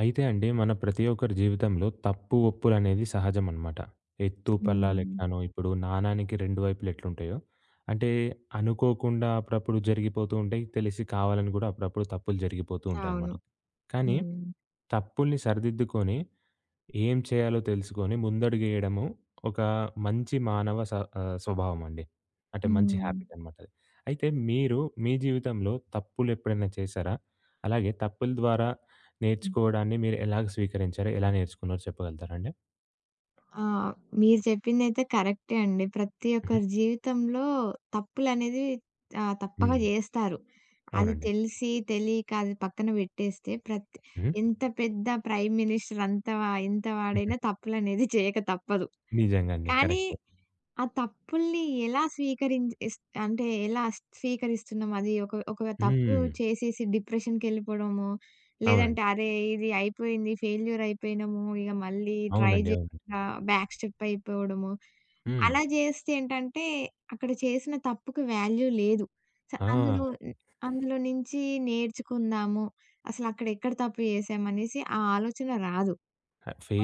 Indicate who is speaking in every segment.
Speaker 1: అయితే అండి మన ప్రతి ఒక్కరి జీవితంలో తప్పు, ఒప్పులనేది సహజమనమాట. ఎత్తు
Speaker 2: హ్మ్.
Speaker 1: పల్లాలెట్లానో ఇప్పుడు నాణానికి రెండు వైపులు ఎట్లుంటాయో, అంటే అనుకోకుండా అప్పుడప్పుడు జరిగిపోతూ ఉంటాయి. తెలిసి కావాలని గూడా అప్పుడప్పుడు తప్పులు జరిగిపోతూ ఉంటాయనమాట.
Speaker 2: అవును.
Speaker 1: కానీ
Speaker 2: హ్మ్.
Speaker 1: తప్పుల్ని సరిదిద్దుకొని ఏం చేయాలో తెలుసుకొని ముందడుగేయడము ఒక మంచి మానవ స్వభావం అండి. అంటే మంచి
Speaker 2: హ్మ్.
Speaker 1: హ్యాబిట్ అనమాట అది. అయితే మీరు మీ జీవితంలో తప్పులెప్పుడైనా చేశారా? అలాగే తప్పుల ద్వారా
Speaker 2: హ్మ్.
Speaker 1: నేర్చుకోవడాన్ని మీరు ఎలాగ స్వీకరించారు? ఎలా నేర్చుకున్నారో చెప్పగలుగుతారా అండి?
Speaker 2: ఆ! మీరు చెప్పిందైతే కరెక్టే అండి. ప్రతి
Speaker 1: హుహు.
Speaker 2: ఒక్కరి జీవితంలో తప్పులనేది తప్పక
Speaker 1: హ్మ్.
Speaker 2: జేస్తారు. అది
Speaker 1: అవునండి.
Speaker 2: తెలిసి, తెలియక అది పక్కన పెట్టేస్తే ప్రతి
Speaker 1: హ్మ్.
Speaker 2: ఎంత పెద్ద ప్రైమ్ మినిస్టర్ అంత ఎంత
Speaker 1: హుహు.
Speaker 2: వాడైనా తప్పులనేది చేయక తప్పదు.
Speaker 1: నిజంగా అండి.
Speaker 2: కానీ
Speaker 1: కరెక్ట్.
Speaker 2: ఆ తప్పుల్ని ఎలా స్వీకరించ్ ఇస్ అంటే ఎలా స్వీకరిస్తున్నాం? అది ఒక ఒక తప్పు
Speaker 1: హ్మ్.
Speaker 2: చేసేసి డిప్రెషన్‌కెళ్ళిపోవడము,
Speaker 1: అవునండి.
Speaker 2: లేదంటే అరే! ఇది అయిపోయింది, ఫెయిల్యూర్ అయిపోయినాము, ఇక మళ్ళీ ట్రై
Speaker 1: అవునండి. అవునండి.
Speaker 2: జేయకుండా బ్యాక్ స్టెప్ అయిపోవడము.
Speaker 1: హ్మ్.
Speaker 2: అలా జేస్తే ఏంటంటే, అక్కడ చేసిన తప్పుకి వాల్యూ లేదు. అందులో
Speaker 1: ఆ!
Speaker 2: అందులో నుంచి నేర్చుకుందాము, అసలు అక్కడ ఎక్కడ తప్పు చేశామనేసి ఆ ఆలోచన రాదు.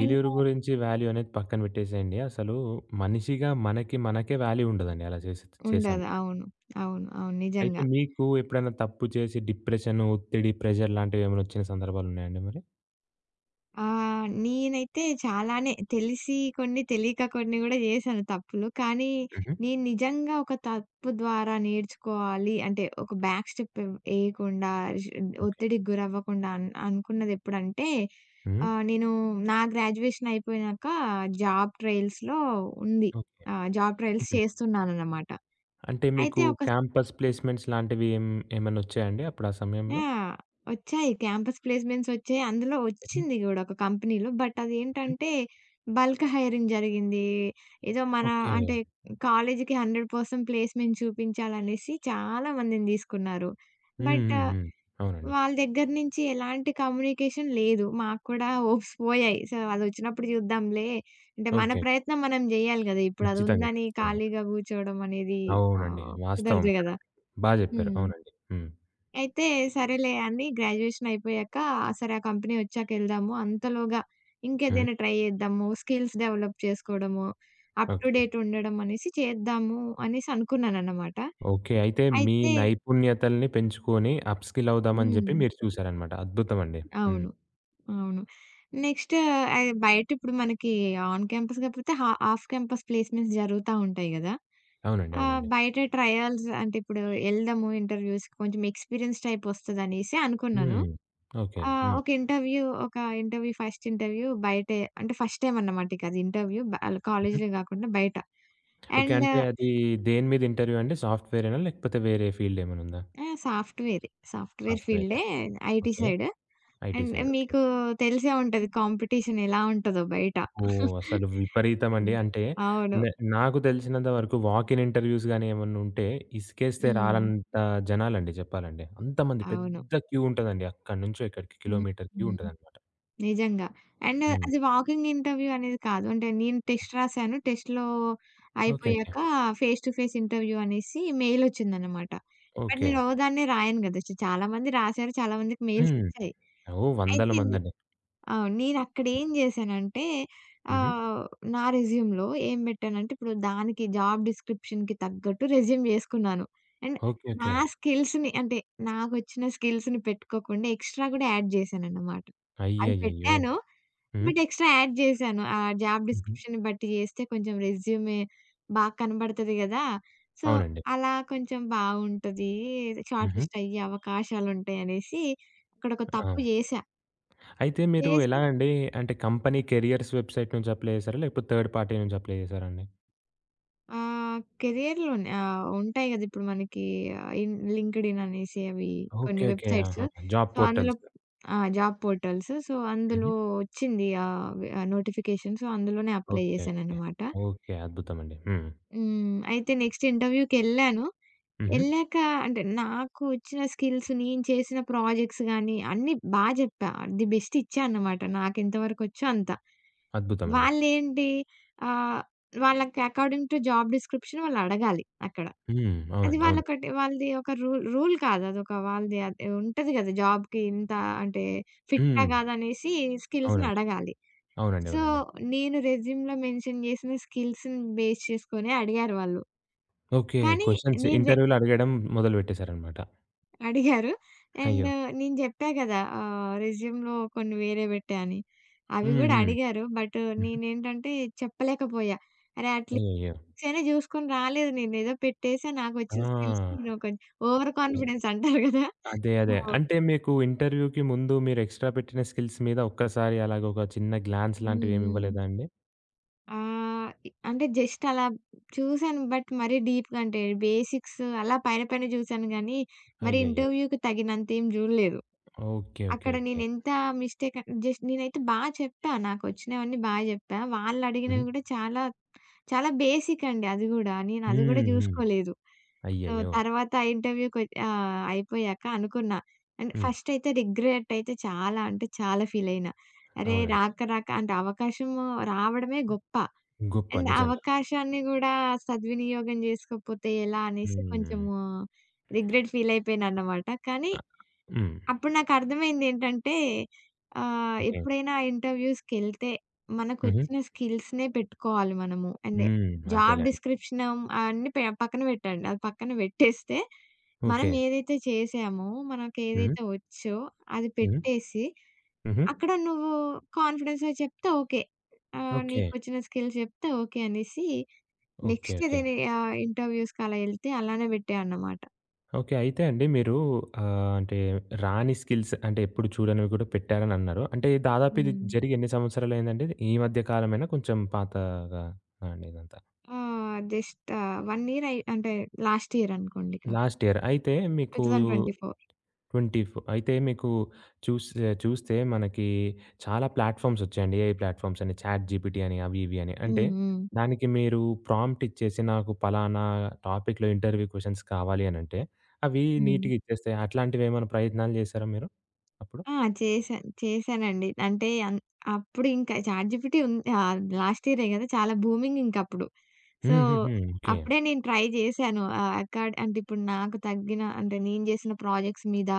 Speaker 2: అండ్
Speaker 1: గురించి వాల్యూ అనేది పక్కన పెట్టేసేయండి. అసలు మనిషిగా మనకి మనకే వాల్యూ ఉండదండి అలా చేసి చేసాం.
Speaker 2: ఉండదు. అవును. అవును. అవును.
Speaker 1: అయితే
Speaker 2: నిజంగా.
Speaker 1: మీకు ఎప్పుడైనా తప్పు చేసి డిప్రెషన్, ఒత్తిడి, ప్రెషర్ లాంటివేమైనా వచ్చిన సందర్భాలున్నాయండి మరి?
Speaker 2: ఆ! నేనైతే చాలానే తెలిసి కొన్ని, తెలియక కొన్ని గూడా జేశాను తప్పులు. కానీ,
Speaker 1: హుహు.
Speaker 2: నేను నిజంగా ఒక తప్పు ద్వారా నేర్చుకోవాలి అంటే, ఒక బ్యాక్ స్టెప్ ఏయకుండా ష్
Speaker 1: ఓకే.
Speaker 2: ఒత్తిడికి గురవ్వకుండా అనుకున్నదెప్పుడంటే,
Speaker 1: హ్మ్.
Speaker 2: నేను నా గ్రాడ్యుయేషన్ అయిపోయినాక జాబ్ ట్రయల్స్‌లో ఉంది.
Speaker 1: ఓకే.
Speaker 2: జాబ్ ట్రయల్స్
Speaker 1: హుహు.
Speaker 2: చేస్తున్నాననమాట.
Speaker 1: అంటే మీకు
Speaker 2: అయితే ఒక
Speaker 1: క్యాంపస్ ప్లేస్‌మెంట్స్ లాంటివి ఏమన్నా వచ్చాయండి అప్పుడు ఆ
Speaker 2: ఆ!
Speaker 1: సమయంలో?
Speaker 2: వచ్చాయి. క్యాంపస్ ప్లేస్‌మెంట్స్ వచ్చాయి. అందులో
Speaker 1: హుహు.
Speaker 2: వచ్చింది గూడా ఒక కంపెనీలో. బట్
Speaker 1: హ్మ్.
Speaker 2: అదేంటంటే బల్క్ హైరింగ్ జరిగింది. ఏదో మన
Speaker 1: ఓకే.
Speaker 2: అంటే కాలేజీకి 100% ప్లేస్‌మెంట్ చూపించాలనేసి చాలా మందిని తీసుకున్నారు.
Speaker 1: హ్మ్.
Speaker 2: బట్
Speaker 1: హ్మ్. హ్మ్. అవునండి.
Speaker 2: వాళ్ళ దగ్గర నుంచి ఎలాంటి కమ్యూనికేషన్ లేదు. మాకు కూడా హోప్స్ పోయాయి. సో, అదొచ్చినప్పుడు చూద్దాంలే. అంటే మన
Speaker 1: ఓకే.
Speaker 2: ప్రయత్నం మనం జేయాలి గదా! ఇప్పుడు అది
Speaker 1: ఖచ్చితంగా.
Speaker 2: ఉందని
Speaker 1: ఖచ్చితంగా.
Speaker 2: ఖాళీగా గూర్చోవడం అనేది
Speaker 1: అవునండి. వాస్తవం.
Speaker 2: కుదరదు గదా!
Speaker 1: కరెక్ట్. బా జెప్పారు.
Speaker 2: హ్మ్.
Speaker 1: అవునండి. హ్మ్.
Speaker 2: అయితే సరేలే అని గ్రాడ్యుయేషన్ అయిపోయాక, సరే ఆ కంపెనీ వచ్చాకెళ్దాము. అంతలోగా
Speaker 1: హ్మ్.
Speaker 2: ఇంకేదైనా ట్రై చేద్దాము. స్కిల్స్ డెవలప్ చేసుకోవడము, అప్ టు
Speaker 1: ఓకే.
Speaker 2: డేట్ ఉండడం అనేసి చేద్దాము అనేసి అనుకున్నానన్నమాట.
Speaker 1: ఓకే. అయితే మీ
Speaker 2: అయితే
Speaker 1: నైపుణ్యతల్ని పెంచుకొని అప్‌స్కిల్ అవుదామని
Speaker 2: హ్మ్.
Speaker 1: జెప్పి మీరు చూసారనమాట. అద్భుతమండి. హ్మ్.
Speaker 2: అవును. అవును. నెక్స్ట్ బయట ఇప్పుడు మనకి ఆన్ క్యాంపస్ కాకపోతే ఆఫ్ క్యాంపస్ ప్లేస్‌మెంట్స్ జరుగుతా ఉంటాయి గదా!
Speaker 1: అవునండి. అవునండి.
Speaker 2: బయట ట్రయల్స్ అంటే ఇప్పుడు ఎళ్దాము ఇంటర్‌వ్యూస్‌కి కొంచెం ఎక్స్‌పీరియన్స్ టైప్ వస్తదనేసి అనుకున్నాను.
Speaker 1: హ్మ్. ఓకే.
Speaker 2: ఆహ్,
Speaker 1: హ్మ్.
Speaker 2: ఒక ఇంటర్‌వ్యూ ఒక ఇంటర్‌వ్యూ ఫస్ట్ ఇంటర్‌వ్యూ బయటే అంటే ఫస్ట్ టైమ్ అన్నమాట ఇక అది ఇంటర్‌వ్యూ బ
Speaker 1: హుహు.
Speaker 2: కాలేజ్‌లో గాకుండా బయట.
Speaker 1: ఓకే.
Speaker 2: అండ్
Speaker 1: అంటే అది దేని మీద ఇంటర్వ్యూ అండి? సాఫ్ట్‌వేరేనా? లేకపోతే వేరే ఫీల్డ్ ఏమైనా ఉందా?
Speaker 2: ఆ! సాఫ్ట్‌వేరే. సాఫ్ట్‌వేర్
Speaker 1: సాఫ్ట్‌వేరే.
Speaker 2: ఫీల్డే. IT
Speaker 1: okay.
Speaker 2: Side.
Speaker 1: IT
Speaker 2: and
Speaker 1: side. Okay.
Speaker 2: మీకు తెలిసే ఉంటది కాంపిటీషన్ ఎలా ఉంటదో బయట.
Speaker 1: అబ్బో! అసలు విపరీతమండి.
Speaker 2: హ్మ్.
Speaker 1: అంటే
Speaker 2: అవును.
Speaker 1: నే నాకు తెలిసినంత వరకు వాక్ ఇన్ ఇంటర్వ్యూస్ గాని ఏమన్నా ఉంటే ఇసుకేస్తే
Speaker 2: హ్మ్.
Speaker 1: రానంత జనాలండి చెప్పాలంటే. అంతమంది
Speaker 2: అవును.
Speaker 1: పెద్ద క్యూ ఉంటదండి. అక్కడి నుంచో ఇక్కడికి
Speaker 2: హ్మ్.
Speaker 1: కిలోమీటర్ క్యూ
Speaker 2: హ్మ్.
Speaker 1: ఉంటదనమాట.
Speaker 2: నిజంగా. అండ్
Speaker 1: హ్మ్.
Speaker 2: అది వాకింగ్ ఇంటర్వ్యూ అనేది కాదు. అంటే నేను టెస్ట్ రాసాను. టెస్ట్‌లో
Speaker 1: ఓకే. ఓకే.
Speaker 2: అయిపోయాక ఫేస్ టు ఫేస్ ఇంటర్వ్యూ అనేసి మెయిలొచ్చిందనమాట. But
Speaker 1: okay.
Speaker 2: నేను ఒకదాన్నే రాయను గదా! చాలా మంది రాసారు. చాలా మందికి
Speaker 1: హ్మ్.
Speaker 2: మెయిల్సొచ్చాయి.
Speaker 1: ఓహ్! వందల
Speaker 2: అయితే
Speaker 1: మందండి.
Speaker 2: అవును. నేనక్కడేం జేశానంటే
Speaker 1: హుహు.
Speaker 2: ఆహ్, నా రెజ్యూమ్‌లో ఏం బెట్టానంటే, ఇప్పుడు దానికి జాబ్ డిస్క్రిప్షన్‌కి తగ్గట్టు రెజ్యూమ్ జేసుకున్నాను. And
Speaker 1: okay.
Speaker 2: నా
Speaker 1: ఓకే.
Speaker 2: స్కిల్స్‌ని అంటే, నాకొచ్చిన స్కిల్స్‌ని పెట్టుకోకుండా ఎక్స్‌ట్రా గూడా యాడ్ జేశానన్నమాట. అవి
Speaker 1: అయ్యయ్యయ్యో!
Speaker 2: పెట్టాను.
Speaker 1: హ్మ్.
Speaker 2: బట్ ఎక్స్‌ట్రా యాడ్ జేశాను. ఆ జాబ్
Speaker 1: హుహు.
Speaker 2: డిస్క్రిప్షన్‌ని బట్టి జేస్తే కొంచెం రెజ్యూమే బా కనబడతది గదా! సో,
Speaker 1: అవునండి.
Speaker 2: అలా కొంచెం బావుంటది. షార్ట్
Speaker 1: హుహు.
Speaker 2: లిస్ట్ అయ్యే అవకాశాలుంటాయనేసి అక్కడొక
Speaker 1: ఆ!
Speaker 2: తప్పు జేశా.
Speaker 1: అయితే మీరు ఎలా
Speaker 2: చేసి
Speaker 1: అండి? అంటే కంపెనీ కెరియర్స్ వెబ్‌సైట్ నుంచి అప్లై చేసారా? లేకపోతే థర్డ్ పార్టీ నుంచి అప్లై చేసారా అండి?
Speaker 2: కెరియర్‌లోనే ఉంటాయి గదా! ఇప్పుడు మనకి ఇన్ లింక్డ్ఇన్ అనేసి అవి కొన్ని
Speaker 1: ఓకే. ఓకే.
Speaker 2: వెబ్‌సైట్స్.
Speaker 1: ఆహా! జాబ్
Speaker 2: సో, అందులో
Speaker 1: పోర్టల్స్.
Speaker 2: ఆ! Job portals. సో,
Speaker 1: హుహు.
Speaker 2: అందులో వచ్చింది ఆహ్, వె ఆ నోటిఫికేషన్. సో, అందులోనే అప్లై
Speaker 1: ఓకే. ఓకే.
Speaker 2: చేశాననమాట.
Speaker 1: ఓకే. అద్భుతమండి. హ్మ్.
Speaker 2: హ్మ్. అయితే నెక్స్ట్ ఇంటర్వ్యూకెళ్ళాను.
Speaker 1: హుహు.
Speaker 2: ఎళ్ళాక అంటే నాకు వచ్చిన స్కిల్స్, నేను చేసిన ప్రాజెక్ట్స్ గానీ అన్నీ బా జెప్పా. ది బెస్ట్ ఇచ్చా అన్నమాట. నాకెంత వరకొచ్చో అంత.
Speaker 1: అద్భుతమండి.
Speaker 2: వాళ్ళేంటి ఆహ్, వాళ్ళకి అకార్డింగ్ టు జాబ్ డిస్క్రిప్షన్ వాళ్ళడగాలి అక్కడ.
Speaker 1: హ్మ్.
Speaker 2: అది
Speaker 1: అవునండి. అవును.
Speaker 2: వాళ్ళకొకటి వాళ్ళది ఒక రూల్ రూల్ కాదు. అదొక వాళ్ళది అది ఉంటది గదా! జాబ్‌కి ఇంత అంటే ఫిట్టా
Speaker 1: హ్మ్.
Speaker 2: కాదనేసి స్కిల్స్‌ని
Speaker 1: అవునండి.
Speaker 2: అడగాలి.
Speaker 1: అవునండి.
Speaker 2: సో,
Speaker 1: అవునండి.
Speaker 2: నేను రెజ్యూమ్‌లో మెన్షన్ చేసిన స్కిల్స్‌ని బేస్ చేసుకొనే అడిగారు వాళ్ళు.
Speaker 1: ఓకే.
Speaker 2: కానీ
Speaker 1: క్వెషన్స్
Speaker 2: నేను రె
Speaker 1: ఇంటర్వ్యూలో అడగడం మొదలు పెట్టేసారనమాట.
Speaker 2: అడిగారు. అండ్
Speaker 1: అయ్యో!
Speaker 2: నేను జెప్పా గదా! రెజ్యూమ్‌లో కొన్ని వేరే బెట్టా అని. అవి
Speaker 1: హ్మ్.
Speaker 2: గూడా
Speaker 1: హ్మ్.
Speaker 2: అడిగారు. బట్
Speaker 1: హుహు.
Speaker 2: నేనేంటంటే చెప్పలేకపోయా. అరే!
Speaker 1: అయ్యయ్యో!
Speaker 2: అట్లీస్ట్ అయినా జూసుకొని రాలేదు నేను. ఏదో పెట్టేసా. నాకొచ్చిన స్కిల్స్
Speaker 1: ఆ!
Speaker 2: నేను కొంచెం ఓవర్
Speaker 1: అదే.
Speaker 2: కాన్ఫిడెన్స్ అంటారు గదా!
Speaker 1: అదే.
Speaker 2: సో
Speaker 1: అదే. అంటే మీకు ఇంటర్వ్యూకి ముందు మీరు ఎక్స్‌ట్రా పెట్టిన స్కిల్స్ మీద ఒక్కసారి అలాగ ఒక చిన్న గ్లాన్స్ లాంటివి
Speaker 2: హ్మ్.
Speaker 1: ఏమి
Speaker 2: హ్మ్.
Speaker 1: ఇవ్వలేదా అండి?
Speaker 2: ఆహ్, ఇ అంటే జస్ట్ అలా చూసాను. బట్ మరీ డీప్‌గా అంటే బేసిక్స్ అలా పైన పైన జూసాను గానీ, మరి
Speaker 1: అయ్యయ్యో!
Speaker 2: ఇంటర్వ్యూకి తగినంతేం జూడలేదు.
Speaker 1: ఓకే. ఓకే.
Speaker 2: అక్కడ
Speaker 1: ఓకే.
Speaker 2: నేనెంత మిస్టేక్ అన్ జస్ట్ నేనైతే బా చెప్పా. నాకొచ్చినవన్నీ బా జెప్పా.
Speaker 1: హుహు.
Speaker 2: వాళ్ళడిగినవి గూడా చాలా, చాలా బేసిక్ అండి అది గూడా. నేనది గూడా
Speaker 1: హ్మ్. హ్మ్.
Speaker 2: జూసుకోలేదు. సో,
Speaker 1: అయ్యయ్యో!
Speaker 2: తర్వాత అయిపోయాక అనుకున్నా. అండ్
Speaker 1: హ్మ్.
Speaker 2: ఫస్ట్ అయితే రిగ్రెట్ అయితే చాలా అంటే చాలా ఫీలయినా. అరే!
Speaker 1: అవునండి.
Speaker 2: రాక రాక అంటే అవకాశము రావడమే గొప్ప.
Speaker 1: గొప్ప
Speaker 2: అండ్
Speaker 1: నిజంగా.
Speaker 2: అవకాశాన్ని గూడా సద్వినియోగం జేసుకోకపోతే ఎలా అనేసి
Speaker 1: హ్మ్.
Speaker 2: కొంచెము రిగ్రెట్ ఫీలయిపోయానన్నమాట. కానీ
Speaker 1: అ హ్మ్.
Speaker 2: అప్పుడు నాకర్థమైందేంటంటే,
Speaker 1: ఓకే.
Speaker 2: ఎప్పుడైనా ఇంటర్‌వ్యూస్‌కెళ్తే
Speaker 1: హుహు.
Speaker 2: మనకొచ్చిన స్కిల్స్‌నే పెట్టుకోవాలి మనము. అండ్
Speaker 1: హ్మ్.
Speaker 2: జాబ్
Speaker 1: అంతేలేండి.
Speaker 2: డిస్క్రిప్షన్ అన్నీ పక్కన పెట్టండి. అది పక్కన పెట్టేస్తే, మనం
Speaker 1: ఓకే.
Speaker 2: ఏదైతే చేసామో,
Speaker 1: హ్మ్.
Speaker 2: మనకేదైతే వచ్చో అది
Speaker 1: హ్మ్.
Speaker 2: పెట్టేసి,
Speaker 1: హుహు.
Speaker 2: అక్కడ నువ్వు కాన్ఫిడెన్స్‌గా చెప్తే ఓకే.
Speaker 1: ఓకే.
Speaker 2: నీకొచ్చిన స్కిల్స్ చెప్తే ఓకే అనేసి,
Speaker 1: ఓకే.
Speaker 2: Next
Speaker 1: okay.
Speaker 2: ఏదైనా ఇంటర్‌వ్యూస్‌కి అలా ఎళ్తే అలానే పెట్టేయన్నమాట.
Speaker 1: ఓకే. అయితే అండి మీరు అంటే రాని స్కిల్స్ అంటే ఎప్పుడు చూడనివి కూడా పెట్టారని అన్నారు. అంటే దాదాపు ఇది
Speaker 2: హ్మ్.
Speaker 1: జరిగి ఎన్ని సంవత్సరాలయిందండి? ఈ మధ్య కాలమేనా కొంచెం పాతగా అండి ఇదంతా?
Speaker 2: ఆ! జస్ట్ 1 ఇయర్ అయి అంటే లాస్ట్ ఇయర్ అనుకోండిక.
Speaker 1: Last year. అయితే మీకు
Speaker 2: 2024
Speaker 1: 2024 అయితే మీకు చూస్తే చూస్తే మనకి చాలా ప్లాట్‌ఫార్మ్స్ వచ్చాయండి. ఏఐ ప్లాట్‌ఫార్మ్స్ అని చాట్‌జీపీటీ అని అవి ఇవి అని. అంటే
Speaker 2: హ్మ్. హ్మ్.
Speaker 1: దానికి మీరు ప్రాంప్ట్ ఇచ్చేసి నాకు పలానా టాపిక్‌లో ఇంటర్వ్యూ క్వెషన్స్ కావాలి అనంటే అవి
Speaker 2: హ్మ్.
Speaker 1: నీట్‌గా ఇచ్చేస్తాయి. అట్లాంటివేమైనా ప్రయత్నాలు చేశారా మీరు అప్పుడు?
Speaker 2: ఆ! చేశాను. చేశానండి. అంటే అన్ అప్పుడు ఇంకా చాట్‌జిపిటీ ఉన్ లాస్ట్ ఇయరే కదా! చాలా బూమింగ్ ఇంకప్పుడు. సో,
Speaker 1: హుహుహు. ఓకే.
Speaker 2: అప్పుడే నేను ట్రై చేశాను. అక్కడ అంటే ఇప్పుడు నాకు తగ్గిన అంటే నేను చేసిన ప్రాజెక్ట్స్ మీద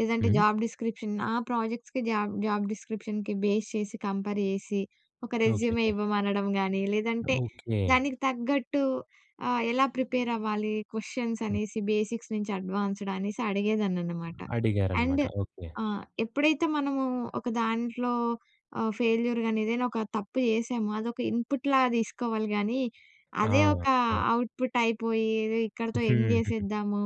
Speaker 2: లేదంటే
Speaker 1: హ్మ్.
Speaker 2: జాబ్ డిస్క్రిప్షన్ నా ప్రాజెక్ట్స్‌కి జాబ్ జాబ్ డిస్క్రిప్షన్‌కి బేస్ చేసి కంపేర్ చేసి ఒక
Speaker 1: ఓకే.
Speaker 2: Resume
Speaker 1: okay.
Speaker 2: ఇవ్వమనడం గానీ, లేదంటే
Speaker 1: ఓకే.
Speaker 2: దానికి తగ్గట్టు ఎలా ప్రిపేర్ అవ్వాలి క్వెషన్స్ అనేసి బేసిక్స్ నుంచి అడ్వాన్స్‌డ్ అనేసి అడిగేదాన్ననమాట.
Speaker 1: అడిగారనమాట.
Speaker 2: And
Speaker 1: okay.
Speaker 2: ఆ! ఎప్పుడైతే మనము ఒక దాంట్లో ఫెయిల్యూర్ గాని, ఏదైనా ఒక తప్పు చేసామో అదొక ఇన్‌పుట్‌లా తీసుకోవాలి గానీ,
Speaker 1: ఆ!
Speaker 2: అదే ఒక
Speaker 1: అవునండి.
Speaker 2: అవుట్‌పుట్ అయిపోయి ఏదో ఇక్కడితో ఎండ్
Speaker 1: హుహుహు.
Speaker 2: చేసేద్దాము,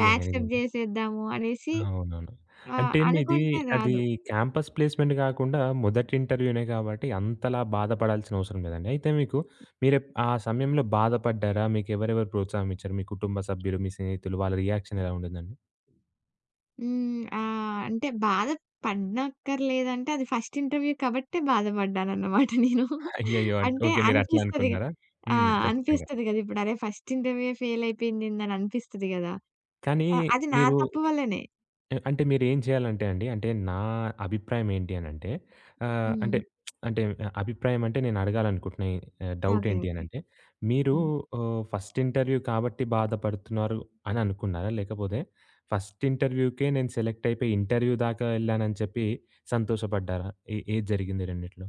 Speaker 2: బ్యాక్ స్టెప్
Speaker 1: నిజంగా.
Speaker 2: చేసేద్దాము అనేసి
Speaker 1: అవునవును. అంటే మీది
Speaker 2: అనుకుంటే
Speaker 1: అది
Speaker 2: రాదు.
Speaker 1: క్యాంపస్ ప్లేస్‌మెంట్ గాకుండా మొదటి ఇంటర్వ్యూనే కాబట్టి అంతలా బాధపడాల్సిన అవసరం లేదండి. అయితే మీకు ఆ సమయంలో బాధపడ్డారా? మీకెవరెవరు ప్రోత్సాహం ఇచ్చారు? మీ కుటుంబ సభ్యులు, మీ స్నేహితులు వాళ్ళ రియాక్షన్ ఎలా ఉండిందండి?
Speaker 2: హ్మ్. అంటే బాధ పడనక్కర్లేదంటే అది ఫస్ట్ ఇంటర్వ్యూ కాబట్టే బాధపడ్డానన్నమాట నేను.
Speaker 1: అయ్యయ్యో!
Speaker 2: అంటే
Speaker 1: ఓకే. మీరట్లా
Speaker 2: అనిపిస్తది.
Speaker 1: అనుకున్నారా?
Speaker 2: ఆ!
Speaker 1: హ్మ్. ఖచ్చితంగా.
Speaker 2: అనిపిస్తది కదా! ఇప్పుడు అరే! ఫస్ట్ ఇంటర్వ్యూయే ఫెయిల్ అయిపోయిందేందని అనిపిస్తది కదా!
Speaker 1: కానీ
Speaker 2: అది నా
Speaker 1: మీరు
Speaker 2: తప్పు వల్లనే.
Speaker 1: అంటే మీరేం చేయాలంటే అండి, అంటే నా అభిప్రాయం ఏంటి అనంటే ఆహ్,
Speaker 2: హ్మ్.
Speaker 1: అంటే అంటే అభిప్రాయం అంటే నేను అడగాలనుకుంటున్న డౌట్
Speaker 2: ఓకే.
Speaker 1: ఏంటి
Speaker 2: ఓకే.
Speaker 1: అనంటే, మీరు
Speaker 2: హ్మ్.
Speaker 1: ఫస్ట్ ఇంటర్వ్యూ కాబట్టి బాధపడుతున్నారు అని అనుకున్నారా? లేకపోతే ఫస్ట్ ఇంటర్వ్యూకే నేను సెలెక్ట్ అయిపోయి ఇంటర్వ్యూ దాకా ఎళ్ళానని చెప్పి సంతోషపడ్డారా? ఏ ఏది జరిగింది రెండిట్లో?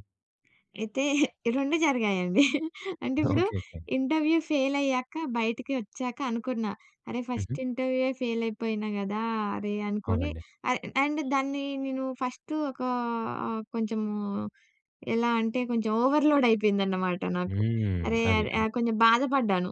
Speaker 2: అయితే 2 జరిగాయండి. అంటే ఇప్పుడు
Speaker 1: ఓకే. ఓకే.
Speaker 2: ఇంటర్వ్యూ ఫెయిల్ అయ్యాక బయటికి వచ్చాక అనుకున్నా. అరే!
Speaker 1: హుహు.
Speaker 2: ఫస్ట్ ఇంటర్వ్యూయే ఫెయిల్ అయిపోయినా గదా! అరే! అనుకోని
Speaker 1: అవునండి.
Speaker 2: అండ్ దాన్ని నేను ఫస్ట్ ఒక కొంచెము ఎలా అంటే కొంచెం ఓవర్‌లోడ్ అయిపోయిందన్నమాట నాకు.
Speaker 1: హ్మ్.
Speaker 2: అరే!
Speaker 1: అదే.
Speaker 2: అరే!
Speaker 1: అదే.
Speaker 2: కొంచెం బాధపడ్డాను.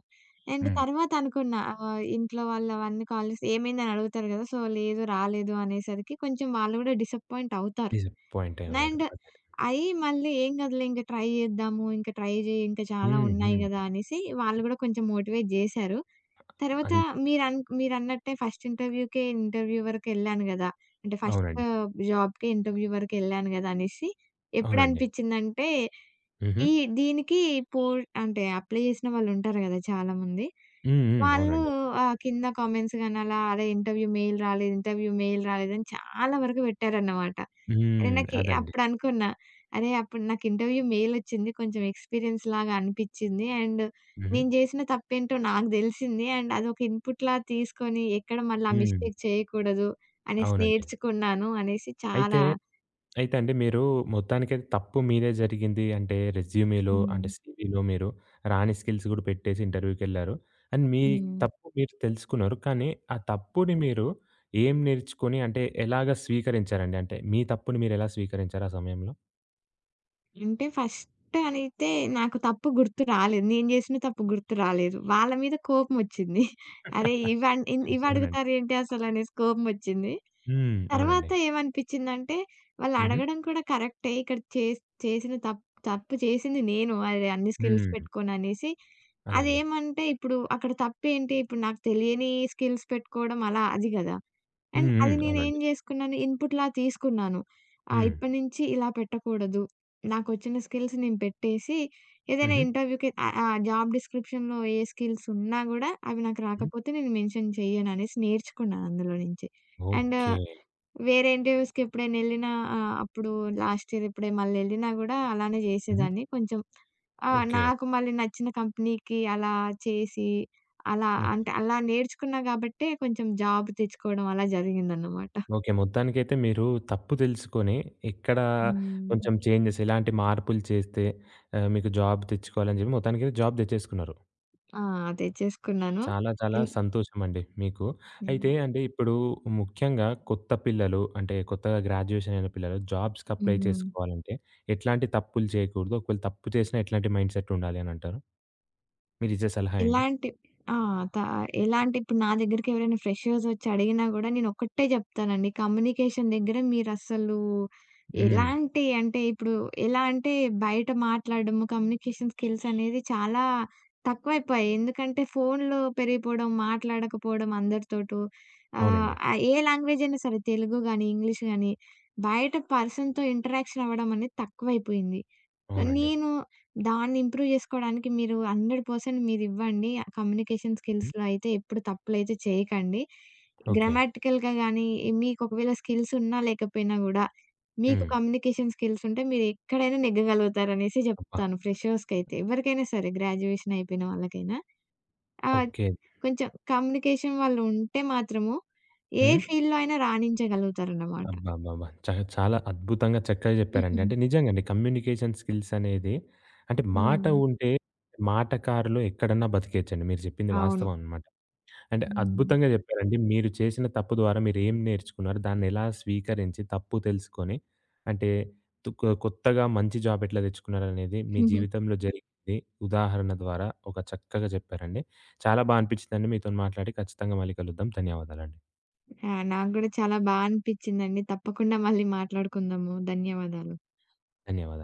Speaker 2: అండ్
Speaker 1: హ్మ్.
Speaker 2: తర్వాత అనుకున్నా ఇంట్లో వాళ్ళు అవన్నీ కాల్ చేసి ఏమైందని అడుగుతారు గదా! సో లేదు రాలేదు అనేసరికి కొంచెం వాళ్ళు గూడా డిసప్పాయింట్ అవుతారు.
Speaker 1: డిసప్పాయింట్ అయ్యేవారు.
Speaker 2: అండ్
Speaker 1: అదే.
Speaker 2: అయి మళ్ళీ ఏం కాదులే ఇంక ట్రై చేద్దాము. ఇంక ట్రై చేయి ఇంకా చాలా
Speaker 1: హ్మ్.
Speaker 2: ఉన్నాయి
Speaker 1: హ్మ్.
Speaker 2: గదా! అనేసి వాళ్ళు గూడా కొంచెం మోటివేట్ జేశారు. తర్వాత
Speaker 1: అన్
Speaker 2: మీరన్నట్టే ఫస్ట్ ఇంటర్వ్యూకే ఇంటర్వ్యూ వరకెళ్ళాను గదా! అంటే ఫస్ట్
Speaker 1: అవునండి.
Speaker 2: జాబ్‌కే ఇంటర్వ్యూ వరకెళ్ళాను గదా! అనేసి
Speaker 1: అవునండి.
Speaker 2: ఎప్పుడనిపించిందంటే
Speaker 1: హుహు.
Speaker 2: ఈ దీనికి పో అంటే అప్లై చేసిన వాళ్ళుంటారు గదా! చాలామంది.
Speaker 1: హ్మ్. హ్మ్.
Speaker 2: వాళ్ళు
Speaker 1: అవునండి.
Speaker 2: కింద కామెంట్స్ గాని అలా అరే! ఇంటర్వ్యూ మెయిల్ రాలేదు, ఇంటర్వ్యూ మెయిల్ రాలేదని చాలా వరకు పెట్టారన్నమాట. అరే!
Speaker 1: హ్మ్.
Speaker 2: నాకి
Speaker 1: అదండి.
Speaker 2: అప్పుడనుకున్నా, అరే! అప్పుడు నాకు ఇంటర్వ్యూ మెయిలొచ్చింది. కొంచెం ఎక్స్‌పీరియన్స్ లాగా అనిపిచ్చింది. అండ్
Speaker 1: హుహు.
Speaker 2: నేను జేసిన తప్పేంటో నాకు దెలిసింది. అండ్ అదొక ఇన్‌పుట్‌లా తీసుకొని ఎక్కడ మళ్ళీ ఆ
Speaker 1: హ్మ్.
Speaker 2: మిస్టేక్ చేయకూడదు అనేసి
Speaker 1: అవునండి.
Speaker 2: నేర్చుకున్నాను అనేసి
Speaker 1: అయితే,
Speaker 2: చాలా
Speaker 1: అయితే అండి మీరు మొత్తానికైతే తప్పు మీదే జరిగింది. అంటే రెజ్యూమేలో
Speaker 2: హ్మ్.
Speaker 1: అంటే సీవీలో మీరు రాని స్కిల్స్ గూడా పెట్టేసి ఇంటర్వ్యూకెళ్లారు. అండ్ మీ
Speaker 2: హ్మ్.
Speaker 1: తప్పు మీరు తెలుసుకున్నారు. కానీ ఆ తప్పుని మీరు ఏం నేర్చుకొని అంటే ఎలాగా స్వీకరించారండి? అంటే మీ తప్పుని మీరెలా స్వీకరించారు ఆ సమయంలో?
Speaker 2: అంటే ఫస్ట్ అనైతే నాకు తప్పు గుర్తు రాలేదు. నేను జేసిన తప్పు గుర్తు రాలేదు. వాళ్ళ మీద కోపమొచ్చింది. అరే! ఇవి
Speaker 1: అవునండి.
Speaker 2: అడుగుతారేంటి అసలనేసి కోపమొచ్చింది.
Speaker 1: హ్మ్.
Speaker 2: తర్వాత
Speaker 1: అవునండి.
Speaker 2: ఏమనిపిచ్చిందంటే,
Speaker 1: హుహు.
Speaker 2: వాళ్ళడగడం కూడా కరెక్టే. ఇక్కడ చేస్ చేసిన తప్ తప్పు చేసింది నేను. అది అన్ని స్కిల్స్
Speaker 1: హ్మ్.
Speaker 2: పెట్టుకొననేసి.
Speaker 1: అదండి.
Speaker 2: అదేమంటే ఇప్పుడు అక్కడ తప్పేంటి? ఇప్పుడు నాకు తెలియని స్కిల్స్ పెట్టుకోవడం అలా అది గదా!
Speaker 1: హ్మ్.
Speaker 2: అండ్
Speaker 1: హ్మ్.
Speaker 2: అది నేనేం
Speaker 1: అవునండి.
Speaker 2: జేసుకున్నాను, ఇన్‌పుట్‌లా తీసుకున్నాను.
Speaker 1: హ్మ్.
Speaker 2: ఇప్పటి నుంచి ఇలా పెట్టకూడదు. నాకొచ్చిన స్కిల్స్ నేను పెట్టేసి, ఏదైనా
Speaker 1: హుహు.
Speaker 2: ఇంటర్వ్యూ‌కి ఆహ్, ఆహ్, జాబ్ డిస్క్రిప్షన్‌లో ఏ స్కిల్స్ ఉన్నా గూడా, అవి నాకు
Speaker 1: హ్మ్.
Speaker 2: రాకపోతే నేను మెన్షన్ చెయ్యననేసి నేర్చుకున్నాను అందులో నుంచి. And
Speaker 1: okay.
Speaker 2: వేరే ఇంటర్‌వ్యూస్‌కి ఎప్పుడైనెళ్ళినా అప్పుడు లాస్ట్ ఇయర్ ఎప్పుడే మళ్ళెళ్ళినా గూడా అలానే
Speaker 1: హుహు.
Speaker 2: జేసేదాన్ని. కొంచెం
Speaker 1: ఓకే.
Speaker 2: నాకు మళ్ళీ నచ్చిన కంపెనీకి అలా చేసి, అలా
Speaker 1: హ్మ్.
Speaker 2: అంటే అలా నేర్చుకున్నా గాబట్టే కొంచెం జాబ్ తెచ్చుకోవడం అలా జరిగిందన్నమాట.
Speaker 1: ఓకే. మొత్తానికైతే మీరు తప్పు తెలుసుకొని, ఎక్కడ
Speaker 2: హ్మ్.
Speaker 1: కొంచెం చేంజెస్, ఎలాంటి మార్పులు చేస్తే మీకు జాబ్ తెచ్చుకోవాలని చెప్పి మొత్తానికైతే జాబ్ తెచ్చేసుకున్నారు.
Speaker 2: ఆ! తెచ్చేసుకున్నాను.
Speaker 1: చాలా చాలా
Speaker 2: ఇ
Speaker 1: సంతోషమండి మీకు. అయితే
Speaker 2: యాహ్!
Speaker 1: అంటే ఇప్పుడు ముఖ్యంగా కొత్త పిల్లలు అంటే కొత్తగా గ్రాడ్యుయేషన్ అయిన పిల్లలు జాబ్స్‌కి అప్లై
Speaker 2: హ్మ్.
Speaker 1: చేసుకోవాలంటే ఎట్లాంటి తప్పులు చేయకూడదు? ఒకవేళ తప్పు చేసినా ఎట్లాంటి మైండ్‌సెట్ ఉండాలి అని అంటారు? మీరిచ్చే సలహా ఏంటి?
Speaker 2: ఇలాంటి ఆ! త ఎలాంటి ఇప్పుడు నా దగ్గరికి ఎవరైనా ఫ్రెషర్స్ వచ్చి అడిగినా గూడా నేనొక్కటే జెప్తానండి. కమ్యూనికేషన్ దగ్గర మీరసలు
Speaker 1: హ్మ్.
Speaker 2: ఎలాంటి అంటే ఇప్పుడు ఎలా అంటే బయట మాట్లాడడము, కమ్యూనికేషన్ స్కిల్స్ అనేది చాలా తక్కువైపోయాయి. ఎందుకంటే ఫోన్‌లో పెరిగిపోవడం, మాట్లాడకపోవడం అందరితోటూ ఆహ్,
Speaker 1: అవునండి.
Speaker 2: ఆహ్, ఏ లాంగ్వేజ్ అయినా సరే తెలుగు గానీ, ఇంగ్లీష్ గానీ బయట పర్సన్‌తో ఇంటరాక్షన్ అవ్వడం అనేది తక్కువైపోయింది.
Speaker 1: అవునండి.
Speaker 2: నేను దాన్ని ఇంప్రూవ్ జేసుకోవడానికి మీరు 100% మీరివ్వండి. కమ్యూనికేషన్
Speaker 1: హ్మ్.
Speaker 2: స్కిల్స్‌లో అయితే ఎప్పుడు తప్పులైతే చేయకండి.
Speaker 1: ఓకే.
Speaker 2: గ్రామాటికల్‌గా గానీ, మీకు ఒకవేళ స్కిల్స్ ఉన్నా లేకపోయినా గూడా, మీకు
Speaker 1: హ్మ్.
Speaker 2: కమ్యూనికేషన్ స్కిల్స్ ఉంటే మీరెక్కడైనా నెగ్గగలుగుతారనేసి
Speaker 1: అబ్బా!
Speaker 2: జెప్తాను ఫ్రెషర్స్‌కైతే. ఎవరికైనా సరే గ్రాడ్యుయేషన్ అయిపోయిన వాళ్ళకైనా. ఆహ్,
Speaker 1: ఓకే.
Speaker 2: కొంచెం కమ్యూనికేషన్ వాళ్ళు ఉంటే మాత్రము ఏ
Speaker 1: హ్మ్.
Speaker 2: ఫీల్డ్‌లో అయినా రాణించగలుగుతారన్నమాట.
Speaker 1: అబ్బబ్బబ్బా! చాలా అద్భుతంగా చక్కగా చెప్పారండి. అంటే నిజంగండి కమ్యూనికేషన్ స్కిల్స్ అనేది అంటే మాట
Speaker 2: హ్మ్.
Speaker 1: ఉంటే మాటకారులు ఎక్కడన్నా బతికేయచ్చండి. మీరు చెప్పింది
Speaker 2: అవును.
Speaker 1: వాస్తవం అనమాట. అంటే
Speaker 2: హ్మ్.
Speaker 1: అద్భుతంగా చెప్పారండి. మీరు చేసిన తప్పు ద్వారా మీరేం నేర్చుకున్నారు? దాన్నెలా స్వీకరించి తప్పు తెలుసుకొని అంటే తు కొ కొత్తగా మంచి జాబ్ ఎట్లా తెచ్చుకున్నారనేది మీ జీవితంలో జరిగింది ఉదాహరణ ద్వారా ఒక చక్కగా చెప్పారండి. చాలా బా అనిపించిందండి మీతోని మాట్లాడి. ఖచ్చితంగా మళ్ళీ కలుద్దాం. ధన్యవాదాలండి.
Speaker 2: ఆ! నాకు గూడా చాలా బా అనిపిచ్చిందండి. తప్పకుండా మళ్ళీ మాట్లాడుకుందాము. ధన్యవాదాలు.
Speaker 1: ధన్యవాదాలు.